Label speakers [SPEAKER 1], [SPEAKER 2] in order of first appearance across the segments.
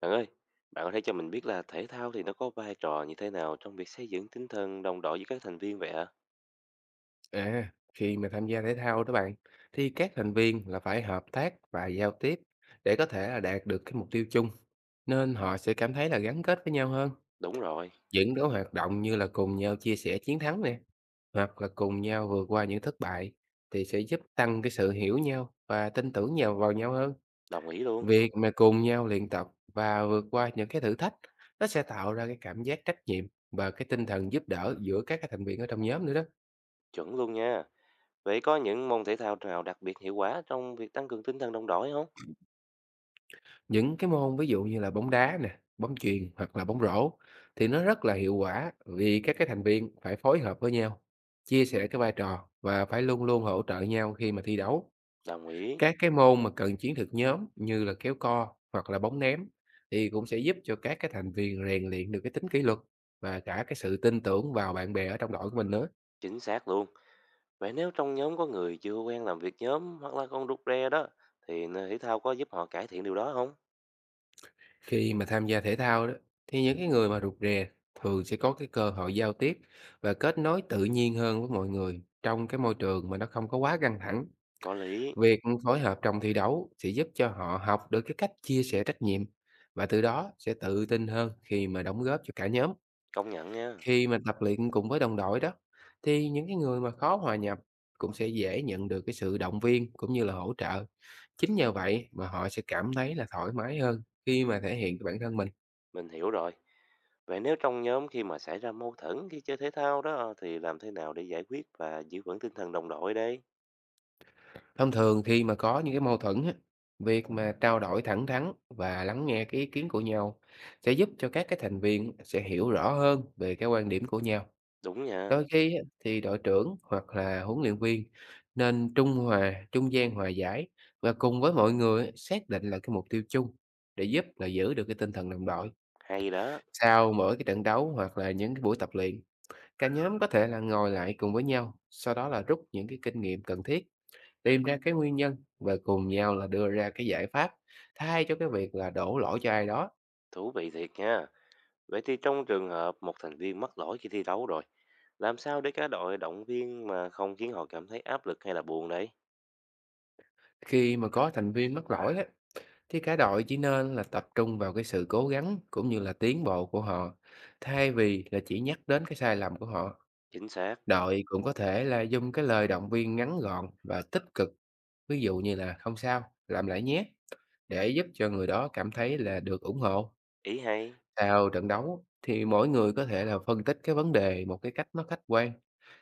[SPEAKER 1] Bạn ơi, bạn có thể cho mình biết là thể thao thì nó có vai trò như thế nào trong việc xây dựng tinh thần đồng đội với các thành viên vậy ạ?
[SPEAKER 2] À, khi mà tham gia thể thao đó bạn, thì các thành viên là phải hợp tác và giao tiếp để có thể là đạt được cái mục tiêu chung, nên họ sẽ cảm thấy là gắn kết với nhau hơn.
[SPEAKER 1] Đúng rồi,
[SPEAKER 2] Những cái hoạt động như là cùng nhau chia sẻ chiến thắng nè, hoặc là cùng nhau vượt qua những thất bại thì sẽ giúp tăng cái sự hiểu nhau và tin tưởng nhau vào nhau hơn.
[SPEAKER 1] đồng ý luôn,
[SPEAKER 2] Việc mà cùng nhau luyện tập và vượt qua những cái thử thách, nó sẽ tạo ra cái cảm giác trách nhiệm và cái tinh thần giúp đỡ giữa các cái thành viên ở trong nhóm nữa đó.
[SPEAKER 1] chuẩn luôn nha. Vậy có những môn thể thao nào đặc biệt hiệu quả trong việc tăng cường tinh thần đồng đội không?
[SPEAKER 2] Những cái môn ví dụ như là bóng đá nè, bóng chuyền hoặc là bóng rổ thì nó rất là hiệu quả vì các cái thành viên phải phối hợp với nhau, chia sẻ cái vai trò và phải luôn luôn hỗ trợ nhau khi mà thi đấu.
[SPEAKER 1] Đồng ý,
[SPEAKER 2] Các cái môn mà cần chiến thuật nhóm như là kéo co hoặc là bóng ném thì cũng sẽ giúp cho các cái thành viên rèn luyện được cái tính kỷ luật và cả cái sự tin tưởng vào bạn bè ở trong đội của mình nữa.
[SPEAKER 1] chính xác luôn. Vậy nếu trong nhóm có người chưa quen làm việc nhóm hoặc là con rụt rè đó, thì thể thao có giúp họ cải thiện điều đó không?
[SPEAKER 2] Khi mà tham gia thể thao đó, thì những cái người mà rụt rè thường sẽ có cái cơ hội giao tiếp và kết nối tự nhiên hơn với mọi người trong cái môi trường mà nó không có quá căng thẳng.
[SPEAKER 1] Có lý,
[SPEAKER 2] Việc phối hợp trong thi đấu sẽ giúp cho họ học được cái cách chia sẻ trách nhiệm và từ đó sẽ tự tin hơn khi mà đóng góp cho cả nhóm.
[SPEAKER 1] công nhận nha.
[SPEAKER 2] Khi mà tập luyện cùng với đồng đội đó, thì những cái người mà khó hòa nhập cũng sẽ dễ nhận được cái sự động viên cũng như là hỗ trợ. Chính nhờ vậy mà họ sẽ cảm thấy là thoải mái hơn khi mà thể hiện cái bản thân mình.
[SPEAKER 1] Mình hiểu rồi. Vậy nếu trong nhóm khi mà xảy ra mâu thuẫn khi chơi thể thao đó thì làm thế nào để giải quyết và giữ vững tinh thần đồng đội đây?
[SPEAKER 2] Thông thường khi mà có những cái mâu thuẫn á, việc mà trao đổi thẳng thắn và lắng nghe cái ý kiến của nhau sẽ giúp cho các cái thành viên sẽ hiểu rõ hơn về cái quan điểm của nhau.
[SPEAKER 1] Đúng nha,
[SPEAKER 2] Đôi khi á, thì đội trưởng hoặc là huấn luyện viên nên trung hòa, trung gian hòa giải và cùng với mọi người á, xác định là cái mục tiêu chung để giúp là giữ được cái tinh thần đồng đội.
[SPEAKER 1] hay đó,
[SPEAKER 2] Sau mỗi cái trận đấu hoặc là những cái buổi tập luyện, cả nhóm có thể là ngồi lại cùng với nhau, sau đó là rút những cái kinh nghiệm cần thiết. Tìm ra cái nguyên nhân và cùng nhau là đưa ra cái giải pháp, thay cho cái việc là đổ lỗi cho ai đó.
[SPEAKER 1] thú vị thiệt nha. Vậy thì trong trường hợp một thành viên mắc lỗi khi thi đấu rồi, làm sao để cả đội động viên mà không khiến họ cảm thấy áp lực hay là buồn đấy?
[SPEAKER 2] Khi mà có thành viên mắc lỗi á, thì cả đội chỉ nên là tập trung vào cái sự cố gắng cũng như là tiến bộ của họ, thay vì là chỉ nhắc đến cái sai lầm của họ.
[SPEAKER 1] Chính xác,
[SPEAKER 2] Đội cũng có thể là dùng cái lời động viên ngắn gọn và tích cực, ví dụ như là không sao, làm lại nhé, để giúp cho người đó cảm thấy là được ủng hộ.
[SPEAKER 1] ý hay,
[SPEAKER 2] Sau trận đấu thì mỗi người có thể là phân tích cái vấn đề một cái cách nó khách quan,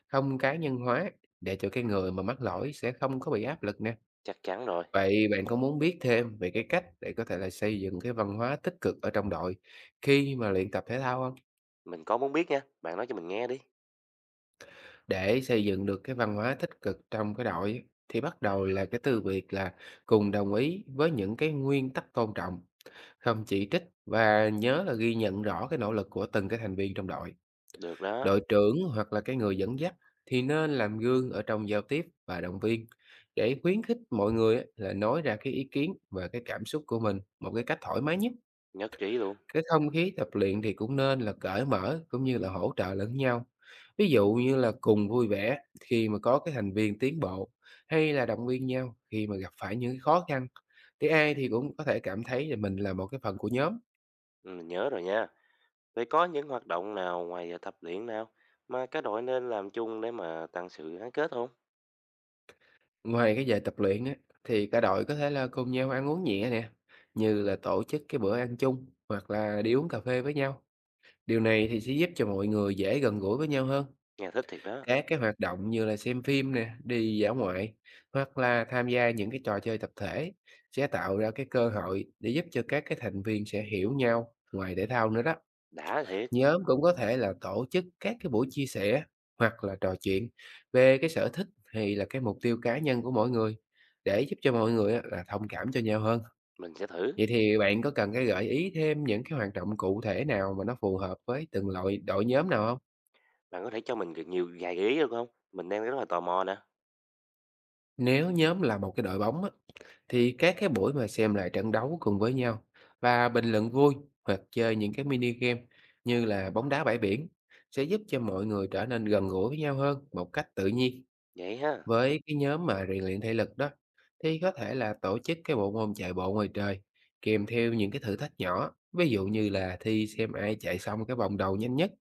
[SPEAKER 2] không cá nhân hóa để cho cái người mà mắc lỗi sẽ không có bị áp lực nè.
[SPEAKER 1] chắc chắn rồi.
[SPEAKER 2] Vậy bạn có muốn biết thêm về cái cách để có thể là xây dựng cái văn hóa tích cực ở trong đội khi mà luyện tập thể thao không?
[SPEAKER 1] Mình có muốn biết nha, bạn nói cho mình nghe đi.
[SPEAKER 2] Để xây dựng được cái văn hóa tích cực trong cái đội ấy, thì bắt đầu là cái từ việc là cùng đồng ý với những cái nguyên tắc tôn trọng, không chỉ trích và nhớ là ghi nhận rõ cái nỗ lực của từng cái thành viên trong đội.
[SPEAKER 1] Được đó,
[SPEAKER 2] Đội trưởng hoặc là cái người dẫn dắt thì nên làm gương ở trong giao tiếp và động viên để khuyến khích mọi người á, là nói ra cái ý kiến và cái cảm xúc của mình một cái cách thoải mái nhất.
[SPEAKER 1] nhất trí luôn.
[SPEAKER 2] Cái không khí tập luyện thì cũng nên là cởi mở cũng như là hỗ trợ lẫn nhau. Ví dụ như là cùng vui vẻ khi mà có cái thành viên tiến bộ hay là động viên nhau khi mà gặp phải những cái khó khăn. Thì ai thì cũng có thể cảm thấy là mình là một cái phần của nhóm.
[SPEAKER 1] Ừ, mình nhớ rồi nha. Vậy có những hoạt động nào ngoài giờ tập luyện nào mà các đội nên làm chung để mà tăng sự gắn kết không?
[SPEAKER 2] Ngoài cái giờ tập luyện á, thì cả đội có thể là cùng nhau ăn uống nhẹ nè, như là tổ chức cái bữa ăn chung hoặc là đi uống cà phê với nhau. Điều này thì sẽ giúp cho mọi người dễ gần gũi với nhau hơn.
[SPEAKER 1] Nghe thích thiệt đó.
[SPEAKER 2] Các cái hoạt động như là xem phim nè, đi dã ngoại hoặc là tham gia những cái trò chơi tập thể sẽ tạo ra cái cơ hội để giúp cho các cái thành viên sẽ hiểu nhau ngoài thể thao nữa đó.
[SPEAKER 1] Đã thiệt,
[SPEAKER 2] Nhóm cũng có thể là tổ chức các cái buổi chia sẻ hoặc là trò chuyện về cái sở thích hay là cái mục tiêu cá nhân của mỗi người để giúp cho mọi người á, là thông cảm cho nhau hơn.
[SPEAKER 1] mình sẽ thử.
[SPEAKER 2] Vậy thì bạn có cần cái gợi ý thêm những cái hoạt động cụ thể nào mà nó phù hợp với từng loại đội nhóm nào không?
[SPEAKER 1] Bạn có thể cho mình được nhiều vài gợi ý được không? Mình đang rất là tò mò nè.
[SPEAKER 2] Nếu nhóm là một cái đội bóng á, thì các cái buổi mà xem lại trận đấu cùng với nhau và bình luận vui hoặc chơi những cái mini game như là bóng đá bãi biển sẽ giúp cho mọi người trở nên gần gũi với nhau hơn một cách tự nhiên.
[SPEAKER 1] Vậy ha,
[SPEAKER 2] Với cái nhóm mà rèn luyện thể lực đó, thì có thể là tổ chức cái bộ môn chạy bộ ngoài trời, kèm theo những cái thử thách nhỏ, ví dụ như là thi xem ai chạy xong cái vòng đầu nhanh nhất,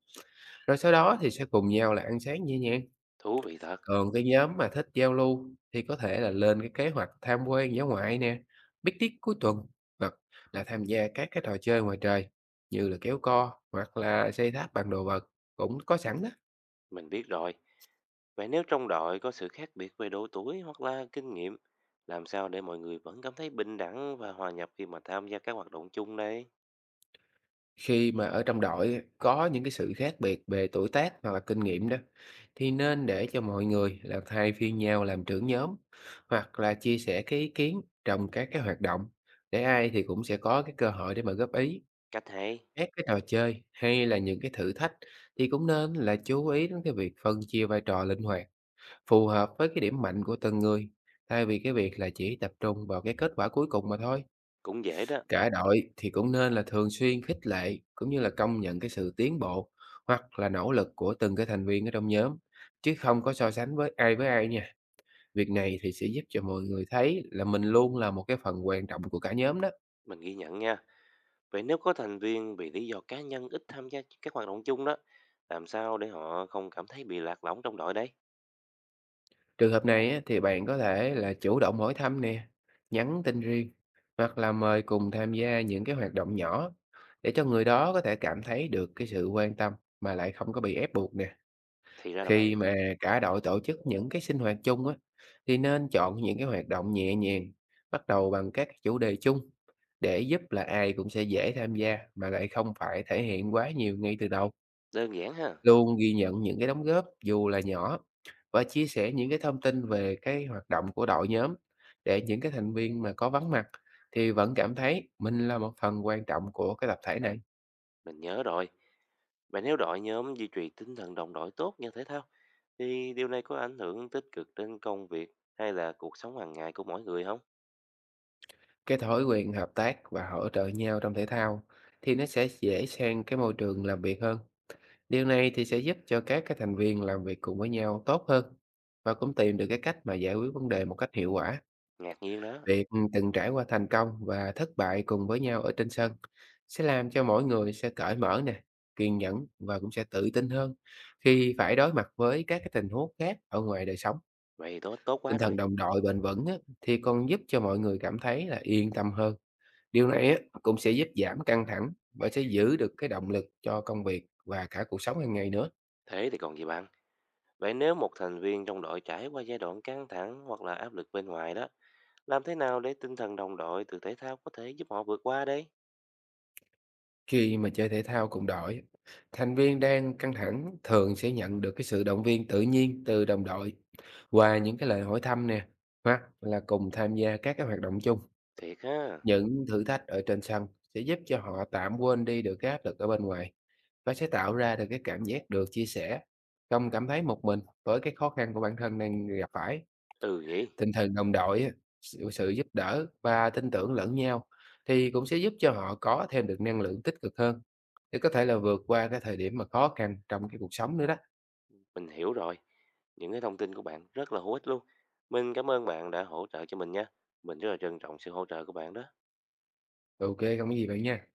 [SPEAKER 2] rồi sau đó thì sẽ cùng nhau là ăn sáng nhẹ nhàng.
[SPEAKER 1] thú vị thật.
[SPEAKER 2] Còn cái nhóm mà thích giao lưu thì có thể là lên cái kế hoạch tham quan dã ngoại nè, picnic cuối tuần hoặc là tham gia các cái trò chơi ngoài trời như là kéo co hoặc là xây tháp bằng đồ vật cũng có sẵn đó.
[SPEAKER 1] Mình biết rồi. Vậy nếu trong đội có sự khác biệt về độ tuổi hoặc là kinh nghiệm, làm sao để mọi người vẫn cảm thấy bình đẳng và hòa nhập khi mà tham gia các hoạt động chung đây?
[SPEAKER 2] Khi mà ở trong đội á, có những cái sự khác biệt về tuổi tác hoặc là kinh nghiệm đó thì nên để cho mọi người là thay phiên nhau làm trưởng nhóm hoặc là chia sẻ cái ý kiến trong các cái hoạt động để ai thì cũng sẽ có cái cơ hội để mà góp ý.
[SPEAKER 1] Cách hay,
[SPEAKER 2] Các cái trò chơi hay là những cái thử thách thì cũng nên là chú ý đến cái việc phân chia vai trò linh hoạt phù hợp với cái điểm mạnh của từng người thay vì cái việc là chỉ tập trung vào cái kết quả cuối cùng mà thôi.
[SPEAKER 1] cũng dễ đó.
[SPEAKER 2] Cả đội thì cũng nên là thường xuyên khích lệ cũng như là công nhận cái sự tiến bộ hoặc là nỗ lực của từng cái thành viên ở trong nhóm chứ không có so sánh với ai nha. Việc này thì sẽ giúp cho mọi người thấy là mình luôn là một cái phần quan trọng của cả nhóm đó.
[SPEAKER 1] Mình ghi nhận nha. Vậy nếu có thành viên vì lý do cá nhân ít tham gia các hoạt động chung đó, làm sao để họ không cảm thấy bị lạc lõng trong đội đấy?
[SPEAKER 2] Trường hợp này á, thì bạn có thể là chủ động hỏi thăm nè, nhắn tin riêng hoặc là mời cùng tham gia những cái hoạt động nhỏ để cho người đó có thể cảm thấy được cái sự quan tâm mà lại không có bị ép buộc nè.
[SPEAKER 1] Thì ra là
[SPEAKER 2] Khi
[SPEAKER 1] vậy,
[SPEAKER 2] mà cả đội tổ chức những cái sinh hoạt chung á, thì nên chọn những cái hoạt động nhẹ nhàng, bắt đầu bằng các chủ đề chung để giúp là ai cũng sẽ dễ tham gia mà lại không phải thể hiện quá nhiều ngay từ đầu.
[SPEAKER 1] đơn giản ha,
[SPEAKER 2] Luôn ghi nhận những cái đóng góp dù là nhỏ và chia sẻ những cái thông tin về cái hoạt động của đội nhóm để những cái thành viên mà có vắng mặt thì vẫn cảm thấy mình là một phần quan trọng của cái tập thể này.
[SPEAKER 1] mình nhớ rồi. Vậy nếu đội nhóm duy trì tinh thần đồng đội tốt như thể thao, thì điều này có ảnh hưởng tích cực đến công việc hay là cuộc sống hàng ngày của mỗi người không?
[SPEAKER 2] Cái thói quen hợp tác và hỗ trợ nhau trong thể thao thì nó sẽ dễ sang cái môi trường làm việc hơn. Điều này thì sẽ giúp cho các cái thành viên làm việc cùng với nhau tốt hơn và cũng tìm được cái cách mà giải quyết vấn đề một cách hiệu quả.
[SPEAKER 1] Ngạc nhiên đó.
[SPEAKER 2] Việc từng trải qua thành công và thất bại cùng với nhau ở trên sân sẽ làm cho mỗi người sẽ cởi mở nè, kiên nhẫn và cũng sẽ tự tin hơn khi phải đối mặt với các cái tình huống khác ở ngoài đời sống.
[SPEAKER 1] Vậy tốt tốt
[SPEAKER 2] Tinh
[SPEAKER 1] quá rồi.
[SPEAKER 2] thần đồng đội bền vững á, thì còn giúp cho mọi người cảm thấy là yên tâm hơn. Điều này á, cũng sẽ giúp giảm căng thẳng và sẽ giữ được cái động lực cho công việc và cả cuộc sống hàng ngày nữa.
[SPEAKER 1] Thế thì còn gì bằng. Vậy nếu một thành viên trong đội trải qua giai đoạn căng thẳng hoặc là áp lực bên ngoài đó, làm thế nào để tinh thần đồng đội từ thể thao có thể giúp họ vượt qua đây?
[SPEAKER 2] Khi mà chơi thể thao cùng đội, thành viên đang căng thẳng thường sẽ nhận được cái sự động viên tự nhiên từ đồng đội qua những cái lời hỏi thăm nè, hoặc là cùng tham gia các cái hoạt động chung.
[SPEAKER 1] Thiệt ha.
[SPEAKER 2] Những thử thách ở trên sân sẽ giúp cho họ tạm quên đi được cái áp lực ở bên ngoài và sẽ tạo ra được cái cảm giác được chia sẻ, không cảm thấy một mình với cái khó khăn của bản thân đang gặp phải.
[SPEAKER 1] Ừ nhỉ,
[SPEAKER 2] Tinh thần đồng đội á, sự sự giúp đỡ và tin tưởng lẫn nhau thì cũng sẽ giúp cho họ có thêm được năng lượng tích cực hơn để có thể là vượt qua cái thời điểm mà khó khăn trong cái cuộc sống nữa đó.
[SPEAKER 1] mình hiểu rồi. Những cái thông tin của bạn rất là hữu ích luôn. Mình cảm ơn bạn đã hỗ trợ cho mình nha. Mình rất là trân trọng sự hỗ trợ của bạn đó.
[SPEAKER 2] OK, không có gì vậy nha.